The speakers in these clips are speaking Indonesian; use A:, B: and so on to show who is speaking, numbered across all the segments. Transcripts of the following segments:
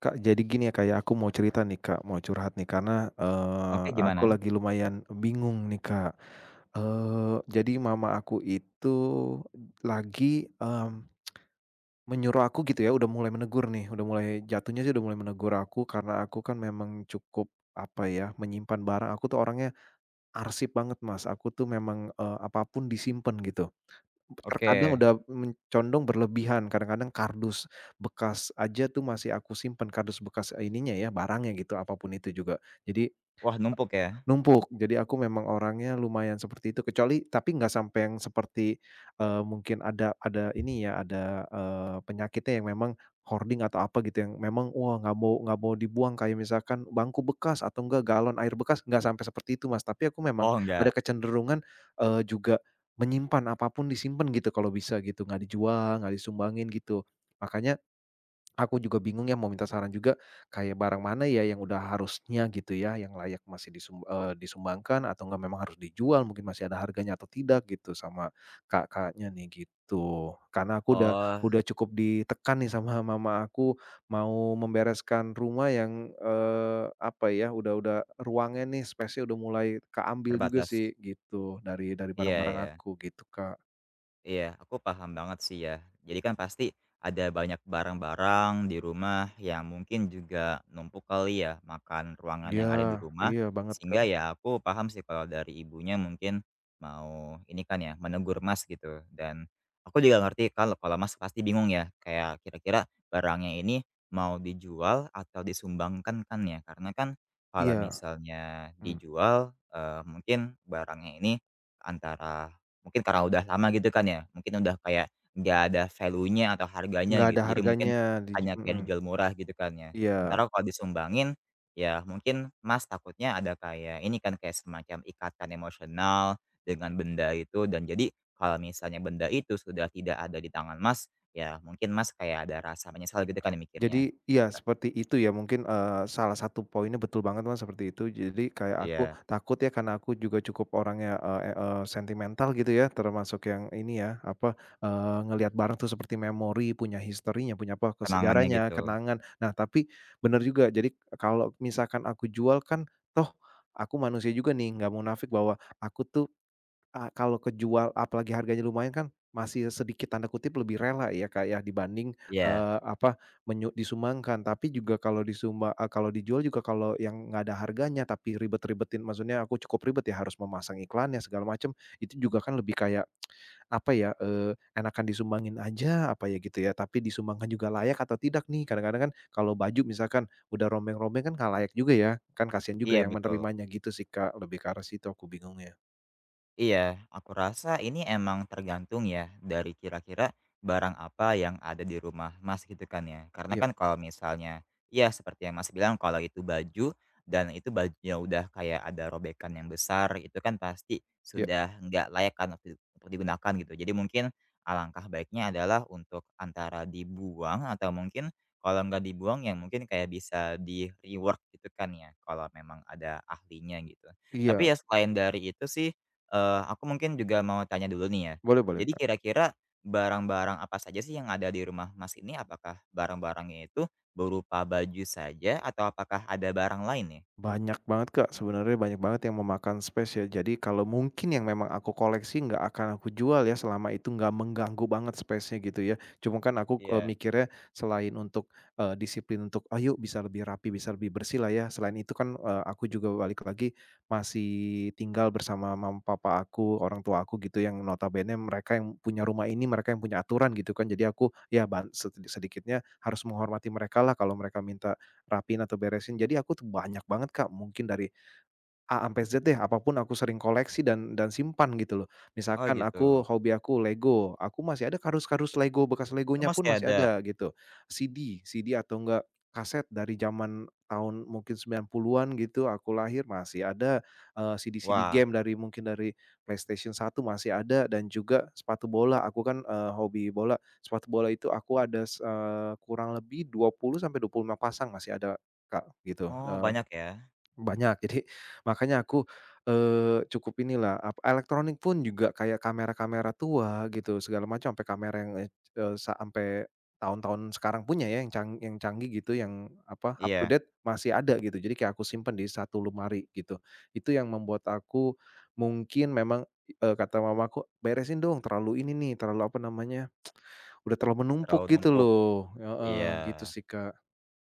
A: Kak, jadi gini ya kayak aku mau cerita nih Kak, mau curhat nih karena,
B: Oke,
A: aku
B: gimana?
A: lagi lumayan bingung nih Kak. Jadi mama aku itu lagi, menyuruh aku gitu ya, udah mulai menegur nih, udah mulai jatuhnya sih udah mulai menegur aku karena aku kan memang cukup, apa ya, menyimpan barang. Aku tuh orangnya arsip banget Mas, aku tuh memang, apa pun gitu. Terkadang
B: Oke.
A: udah mencondong berlebihan, kadang-kadang kardus bekas aja tuh masih aku simpen, kardus bekas eh, ininya ya, barangnya gitu, apapun itu juga. Jadi.
B: Wah, numpuk ya?
A: Numpuk, jadi aku memang orangnya lumayan seperti itu, kecuali tapi nggak sampai yang seperti, mungkin ada ini ya, ada, penyakitnya yang memang hoarding atau apa gitu yang memang, wah nggak mau dibuang kayak misalkan bangku bekas atau enggak galon air bekas, nggak sampai seperti itu, Mas. Tapi aku memang
B: Oh,
A: ada
B: enggak.
A: kecenderungan, juga menyimpan, apa pun disimpan gitu kalau bisa gitu, nggak dijual, nggak disumbangin gitu. Makanya aku juga bingung ya mau minta saran juga, kayak barang mana ya yang udah harusnya gitu ya, yang layak masih disumbangkan atau enggak memang harus dijual mungkin masih ada harganya atau tidak gitu sama kakaknya nih gitu. Karena aku udah
B: Oh,
A: udah cukup ditekan nih sama mama aku mau membereskan rumah yang, apa ya, udah ruangnya nih space-nya udah mulai keambil juga
B: terbatas.
A: sih gitu dari
B: Iya,
A: barang-barang
B: iya.
A: aku gitu, Kak.
B: Iya, aku paham banget sih ya. Jadi kan pasti ada banyak barang-barang di rumah yang mungkin juga numpuk kali ya makan ruangan
A: Iya
B: yang ada di rumah.
A: iya banget, Kak.
B: Sehingga ya aku paham sih kalau dari ibunya mungkin mau ini kan ya menegur Mas gitu. Dan aku juga ngerti kalau kalau Mas pasti bingung ya kayak kira-kira barangnya ini mau dijual atau disumbangkan kan ya. Karena kan kalau
A: Iya,
B: misalnya
A: mmm.
B: dijual eh, mungkin barangnya ini antara mungkin karena udah lama gitu kan ya, mungkin udah kayak nggak ada value-nya atau harganya
A: Nggak ada
B: gitu, jadi mungkin
A: harganya,
B: hanya kayak
A: mhm,
B: dijual murah gitu kan ya.
A: iya.
B: Sementara kalau disumbangin, ya mungkin Mas takutnya ada kayak ini kan, kayak semacam ikatan emosional dengan benda itu dan jadi kalau misalnya benda itu sudah tidak ada di tangan Mas, ya mungkin Mas kayak ada rasa menyesal gitu kan ya mikirnya.
A: Jadi iya seperti itu ya mungkin, salah satu poinnya betul banget Mas seperti itu. Jadi kayak aku
B: Iya,
A: takut ya karena aku juga cukup orangnya, sentimental gitu ya termasuk yang ini ya apa, ngelihat barang tuh seperti memori, punya historinya, punya apa, ke
B: kenangannya
A: sejarahnya,
B: gitu.
A: kenangan. Nah tapi bener juga jadi kalau misalkan aku jual kan toh aku manusia juga nih nggak munafik bahwa aku tuh kalau kejual apalagi harganya lumayan kan masih sedikit tanda kutip "lebih rela" ya, Kak, ya dibanding,
B: Iya,
A: apa, disumbangkan. Tapi juga kalau dijual juga kalau yang nggak ada harganya tapi ribet-ribetin maksudnya aku cukup ribet ya harus memasang iklannya segala macam, itu juga kan lebih kayak apa ya, enakan disumbangin aja apa ya gitu ya, tapi disumbangkan juga layak atau tidak nih. Kadang-kadang kan kalau baju misalkan udah rombeng-rombeng kan nggak layak juga ya, kan kasihan juga
B: iya
A: yang
B: betul.
A: menerimanya gitu sih, Kak, lebih ke arah situ aku bingungnya.
B: Iya, aku rasa ini emang tergantung ya dari kira-kira barang apa yang ada di rumah Mas gitu kan ya. Karena
A: Iya
B: kan kalau misalnya ya seperti yang Mas bilang kalau itu baju dan itu bajunya udah kayak ada robekan yang besar itu kan pasti
A: iya
B: sudah nggak layak kan untuk digunakan gitu. Jadi mungkin alangkah baiknya adalah untuk antara dibuang atau mungkin kalau nggak dibuang yang mungkin kayak bisa di rework gitu kan ya kalau memang ada ahlinya gitu. Tapi
A: iya.
B: ya selain dari itu sih aku mungkin juga mau tanya dulu nih ya.
A: Boleh boleh,
B: Jadi
A: Kak.
B: kira-kira barang-barang apa saja sih yang ada di rumah Mas ini? Apakah barang-barangnya itu berupa baju saja atau apakah ada barang lain nih?
A: Banyak banget, Kak, sebenarnya banyak banget yang memakan space ya. Jadi kalau mungkin yang memang aku koleksi nggak akan aku jual ya selama itu nggak mengganggu banget space-nya gitu ya. Cuma kan aku,
B: Iya.
A: mikirnya selain untuk, disiplin untuk, "Ayo bisa lebih rapi, bisa lebih bersih lah ya." Selain itu kan, aku juga balik lagi masih tinggal bersama mama papa aku, orang tua aku gitu yang notabene mereka yang punya rumah ini, mereka yang punya aturan gitu kan. Jadi aku ya ban sedi sedikitnya harus menghormati mereka lah kalau mereka minta rapiin atau beresin. Jadi aku tuh banyak banget Kak, mungkin dari A ampe Z deh, apapun aku sering koleksi dan simpan gitu loh.
B: Oh
A: Misalkan
B: gitu.
A: aku hobi aku Lego, aku masih ada kardus-kardus Lego, bekas
B: Oh
A: Legonya pun
B: masih
A: masih
B: ada?
A: ada gitu. CD, CD atau enggak kaset dari zaman tahun mungkin 90-an gitu, aku lahir masih ada, CD-CD
B: Wah.
A: game dari mungkin dari PlayStation 1 masih ada dan juga sepatu bola, aku kan, hobi bola. Sepatu bola itu aku ada, kurang lebih 20 sampai 25 pasang masih ada, Kak, gitu,
B: Oh banyak ya?
A: banyak. Jadi makanya aku, cukup inilah, elektronik pun juga kayak kamera-kamera tua gitu segala macam, sampai kamera yang, eee, eee, sampai tahun-tahun sekarang punya ya yang canggih gitu, yang apa, up to
B: Iya,
A: date masih ada gitu. Jadi kayak aku simpen di satu lemari gitu. Itu yang membuat aku mungkin memang, kata mamaku, "Beresin dong, terlalu ini nih, terlalu apa namanya, udah terlalu
B: terlalu
A: menumpuk gitu
B: numpuk.
A: loh." Heeh, gitu
B: Iya.
A: sih, Kak.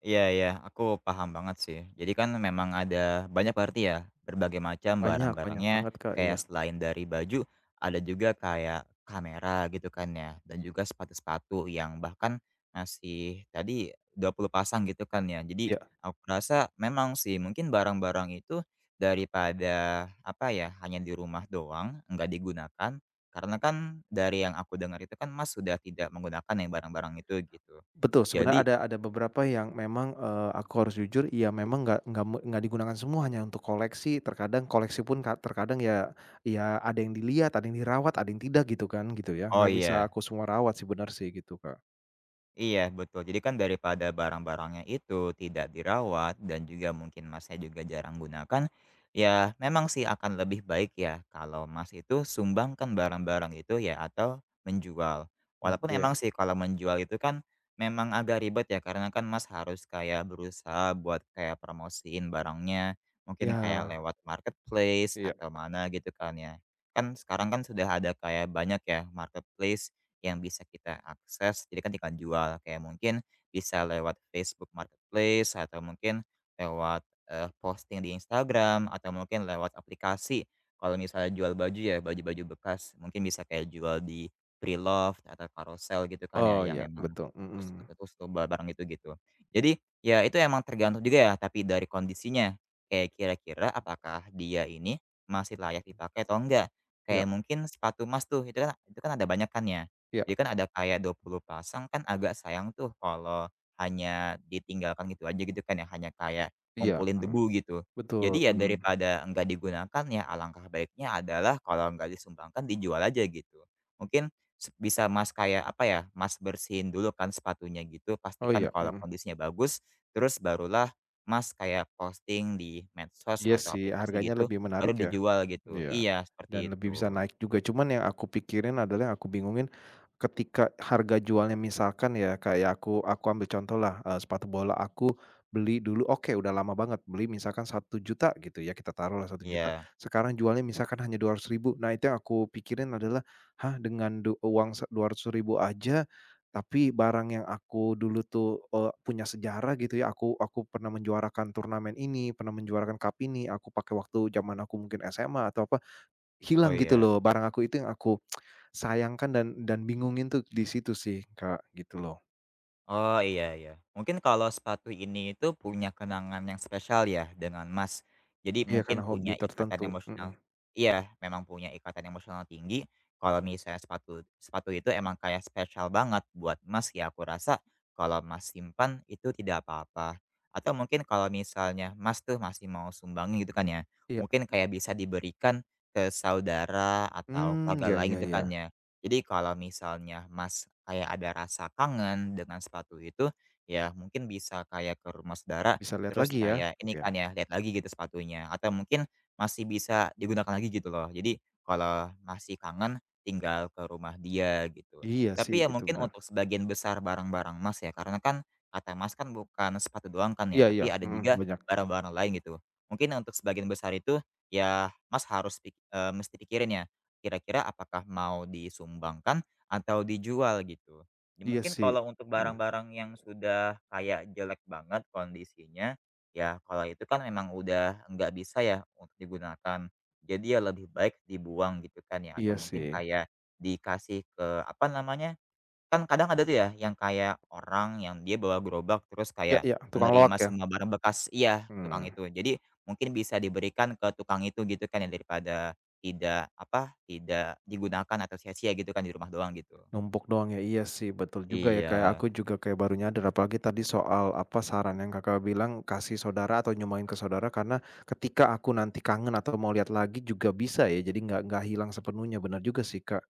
B: Iya iya, aku paham banget sih. Jadi kan memang ada banyak berarti ya, berbagai macam
A: Banyak banyak
B: barang-barangnya,
A: banget, Kak, iya.
B: kayak selain dari baju, ada juga kayak kamera gitu kan ya, dan juga sepatu-sepatu yang bahkan masih tadi 20 pasang gitu kan ya. Jadi
A: Iya.
B: aku rasa memang sih mungkin barang-barang itu daripada apa ya, hanya di rumah doang, nggak digunakan, karena kan dari yang aku dengar itu kan Mas sudah tidak menggunakan yang barang-barang itu gitu.
A: Betul, sebenarnya
B: Jadi
A: ada beberapa yang memang, aku harus jujur, ya memang nggak digunakan semua, hanya untuk koleksi. Terkadang koleksi pun terkadang ya ya ada yang dilihat, ada yang dirawat, ada yang tidak gitu kan, gitu ya.
B: oh
A: Nggak bisa
B: iya.
A: aku semua rawat sih, benar sih gitu, Kak.
B: Iya, betul. Jadi kan daripada barang-barangnya itu tidak dirawat dan juga mungkin Masnya juga jarang gunakan, ya memang sih akan lebih baik ya kalau Mas itu sumbangkan barang-barang itu ya atau menjual. Walaupun
A: Oke.
B: emang sih kalau menjual itu kan memang agak ribet ya karena kan Mas harus kayak berusaha buat kayak promosiin barangnya, mungkin kayak
A: Ya,
B: lewat marketplace
A: iya.
B: atau mana gitu kan ya. Kan sekarang kan sudah ada kayak banyak ya marketplace yang bisa kita akses, jadi kan tinggal jual. Kayak mungkin bisa lewat Facebook Marketplace atau mungkin lewat, posting di Instagram atau mungkin lewat aplikasi. Kalau misalnya jual baju ya baju-baju bekas, mungkin bisa kayak jual di Preloved atau Carousel gitu kan ya,
A: Oh
B: yang
A: iya,
B: emang
A: betul,
B: terus
A: mhm.
B: terus tuh barang itu gitu. Jadi, ya itu emang tergantung juga ya, tapi dari kondisinya. Kayak kira-kira apakah dia ini masih layak dipakai atau enggak.
A: Iya
B: Kayak mungkin sepatu emas tuh, itu kan ada banyak kan ya.
A: iya
B: Jadi kan ada kayak 20 pasang kan agak sayang tuh kalau hanya ditinggalkan gitu aja gitu kan ya, hanya kayak
A: iya,
B: ngumpulin
A: mhm.
B: debu gitu.
A: Betul,
B: Jadi ya
A: mhm.
B: daripada enggak digunakan ya alangkah baiknya adalah kalau enggak disumbangkan dijual aja gitu. Mungkin se bisa Mas kayak apa ya, Mas bersihin dulu kan sepatunya gitu,
A: Oh
B: pastikan
A: iya,
B: kalau
A: mhm.
B: kondisinya bagus, terus barulah Mas kayak posting di medsos
A: Iya
B: atau
A: sih,
B: aplikasi
A: harganya
B: gitu,
A: lebih menarik
B: baru
A: ya.
B: dijual gitu.
A: Iya,
B: Iya, seperti
A: dan lebih bisa
B: itu.
A: naik juga. Cuman yang aku pikirin adalah yang aku bingungin ketika harga jualnya misalkan ya kayak aku ambil contoh lah, sepatu bola aku beli dulu oke udah lama banget beli misalkan 1 juta gitu ya kita taruhlah 1 juta
B: Iya.
A: sekarang jualnya misalkan hanya rp ribu nah itu yang aku pikirin adalah, "Hah dengan uang dua Rp200.000 aja tapi barang yang aku dulu tuh, punya sejarah gitu ya aku pernah menjuarakan turnamen ini, pernah menjuarakan cup ini, aku pakai waktu zaman aku mungkin SMA atau apa."
B: Oh,
A: Hilang gitu
B: iya.
A: loh, barang aku itu yang aku sayangkan dan bingungin tuh di situ sih, Kak, gitu loh.
B: Oh, iya iya. Mungkin kalau sepatu ini itu punya kenangan yang spesial ya dengan Mas. Jadi
A: Iya, karena
B: mungkin
A: hobi
B: punya
A: tertentu,
B: ikatan
A: mhm,
B: emosional iya, memang punya ikatan emosional tinggi. Kalau misalnya sepatu sepatu itu emang kayak spesial banget buat Mas ya, aku rasa kalau Mas simpan itu tidak apa-apa. Atau mungkin kalau misalnya Mas tuh masih mau sumbangin gitu kan ya,
A: iya.
B: mungkin kayak bisa diberikan ke saudara atau
A: Mmm,
B: keluarga
A: ya
B: lain
A: ya
B: gitu kan
A: ya,
B: ya. Jadi kalau misalnya Mas kayak ada rasa kangen dengan sepatu itu, ya mungkin bisa kayak ke rumah saudara,
A: bisa lihat
B: terus
A: lagi ya,
B: kayak ini
A: iya.
B: kan ya, lihat lagi gitu sepatunya, atau mungkin masih bisa digunakan lagi gitu loh. Jadi kalau masih kangen, tinggal ke rumah dia gitu.
A: Iya sih,
B: Tapi ya
A: itu
B: mungkin
A: benar.
B: untuk sebagian besar barang-barang Mas ya, karena kan kata Mas kan bukan sepatu doang kan ya,
A: Iya iya,
B: tapi ada
A: mhm,
B: juga
A: banyak.
B: barang-barang lain gitu. Mungkin untuk sebagian besar itu, ya Mas harus mesti pikirin ya kira-kira apakah mau disumbangkan atau dijual gitu. Ya
A: Iya
B: mungkin
A: sih,
B: kalau untuk
A: mhm,
B: barang-barang yang sudah kayak jelek banget kondisinya, ya kalau itu kan memang udah nggak bisa ya untuk digunakan. Jadi ya lebih baik dibuang gitu kan ya atau
A: iya
B: mungkin
A: sih.
B: kayak dikasih ke apa namanya, kan kadang ada tuh ya, yang kayak orang yang dia bawa gerobak terus
A: Iya
B: kayak
A: iya, tukang loak
B: menerima
A: ya?
B: semua barang bekas iya, tukang
A: Mmm.
B: itu. Jadi mungkin bisa diberikan ke tukang itu gitu kan ya, daripada tidak, apa, tidak digunakan atau sia-sia gitu kan di rumah doang gitu.
A: Numpuk doang ya, iya sih betul juga ya, kayak
B: Iya.
A: aku juga kayak baru nyadar apalagi tadi soal apa, saran yang Kakak bilang kasih saudara atau nyumbangin ke saudara karena ketika aku nanti kangen atau mau lihat lagi juga bisa ya, jadi nggak hilang sepenuhnya, benar juga sih, Kak.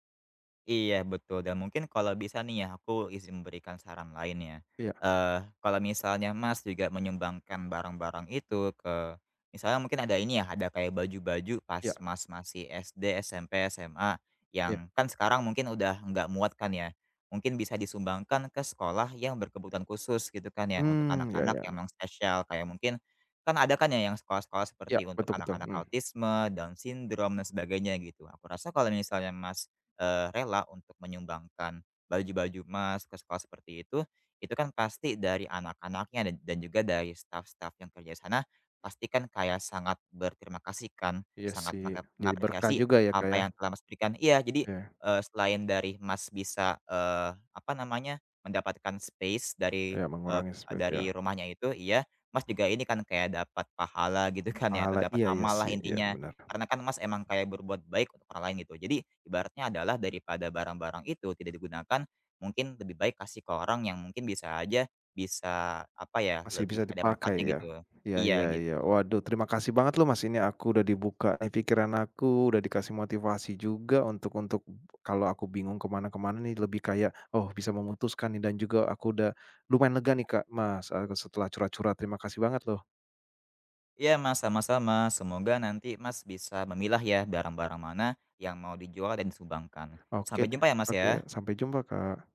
B: Iya betul dan mungkin kalau bisa nih ya aku izin memberikan saran lain ya,
A: Iya
B: kalau misalnya Mas juga menyumbangkan barang-barang itu ke misalnya mungkin ada ini ya ada kayak baju-baju
A: iya
B: pas Mas masih SD, SMP, SMA
A: iya.
B: yang kan sekarang mungkin udah nggak muat kan ya, mungkin bisa disumbangkan ke sekolah yang berkebutuhan khusus gitu kan ya untuk
A: Hmm, ya
B: anak-anak
A: ya,
B: yang memang spesial kayak mungkin, kan ada kan ya yang sekolah-sekolah
A: iya
B: seperti untuk
A: betul betul,
B: anak-anak
A: hmm.
B: autisme, Down syndrome dan sebagainya gitu aku rasa kalau misalnya Mas, rela untuk menyumbangkan baju-baju Mas ke sekolah seperti itu kan pasti dari anak-anaknya dan juga dari staff-staff yang kerja di sana, pasti kan kayak sangat berterima kasih kan,
A: Iya
B: sangat
A: sih,
B: maka
A: jadi berkah
B: mengapresiasi
A: juga ya, Kak,
B: apa
A: ya.
B: yang telah Mas berikan iya, jadi,
A: Iya,
B: selain dari Mas bisa, apa namanya, mendapatkan space dari,
A: kayak
B: eee,
A: mengurangi ya,
B: dari rumahnya itu iya, Mas juga ini kan kayak dapat pahala gitu kan ya, atau
A: pahala,
B: dapat
A: iya iya
B: amal lah
A: sih, iya
B: intinya.
A: benar.
B: Karena kan Mas emang kayak berbuat baik untuk orang lain gitu. Jadi ibaratnya adalah daripada barang-barang itu tidak digunakan, mungkin lebih baik kasih ke orang yang mungkin bisa aja bisa apa ya,
A: Masih bisa
B: lebih ada
A: dipakai
B: manfaatnya
A: ya?
B: gitu.
A: Iya
B: Iya
A: iya iya.
B: gitu.
A: Waduh terima kasih banget loh Mas, ini aku udah dibuka nih pikiran aku, udah dikasih motivasi juga untuk kalau aku bingung kemana kemana nih lebih kayak, oh bisa memutuskan nih dan juga aku udah lumayan lega nih Kak, Mas, setelah curhat-curhat. Terima kasih banget loh.
B: Iya Mas, sama-sama. Semoga nanti Mas bisa memilah ya barang-barang mana yang mau dijual dan disumbangkan.
A: Oke
B: Sampai
A: deh,
B: jumpa ya Mas
A: oke.
B: ya.
A: Sampai jumpa Kak.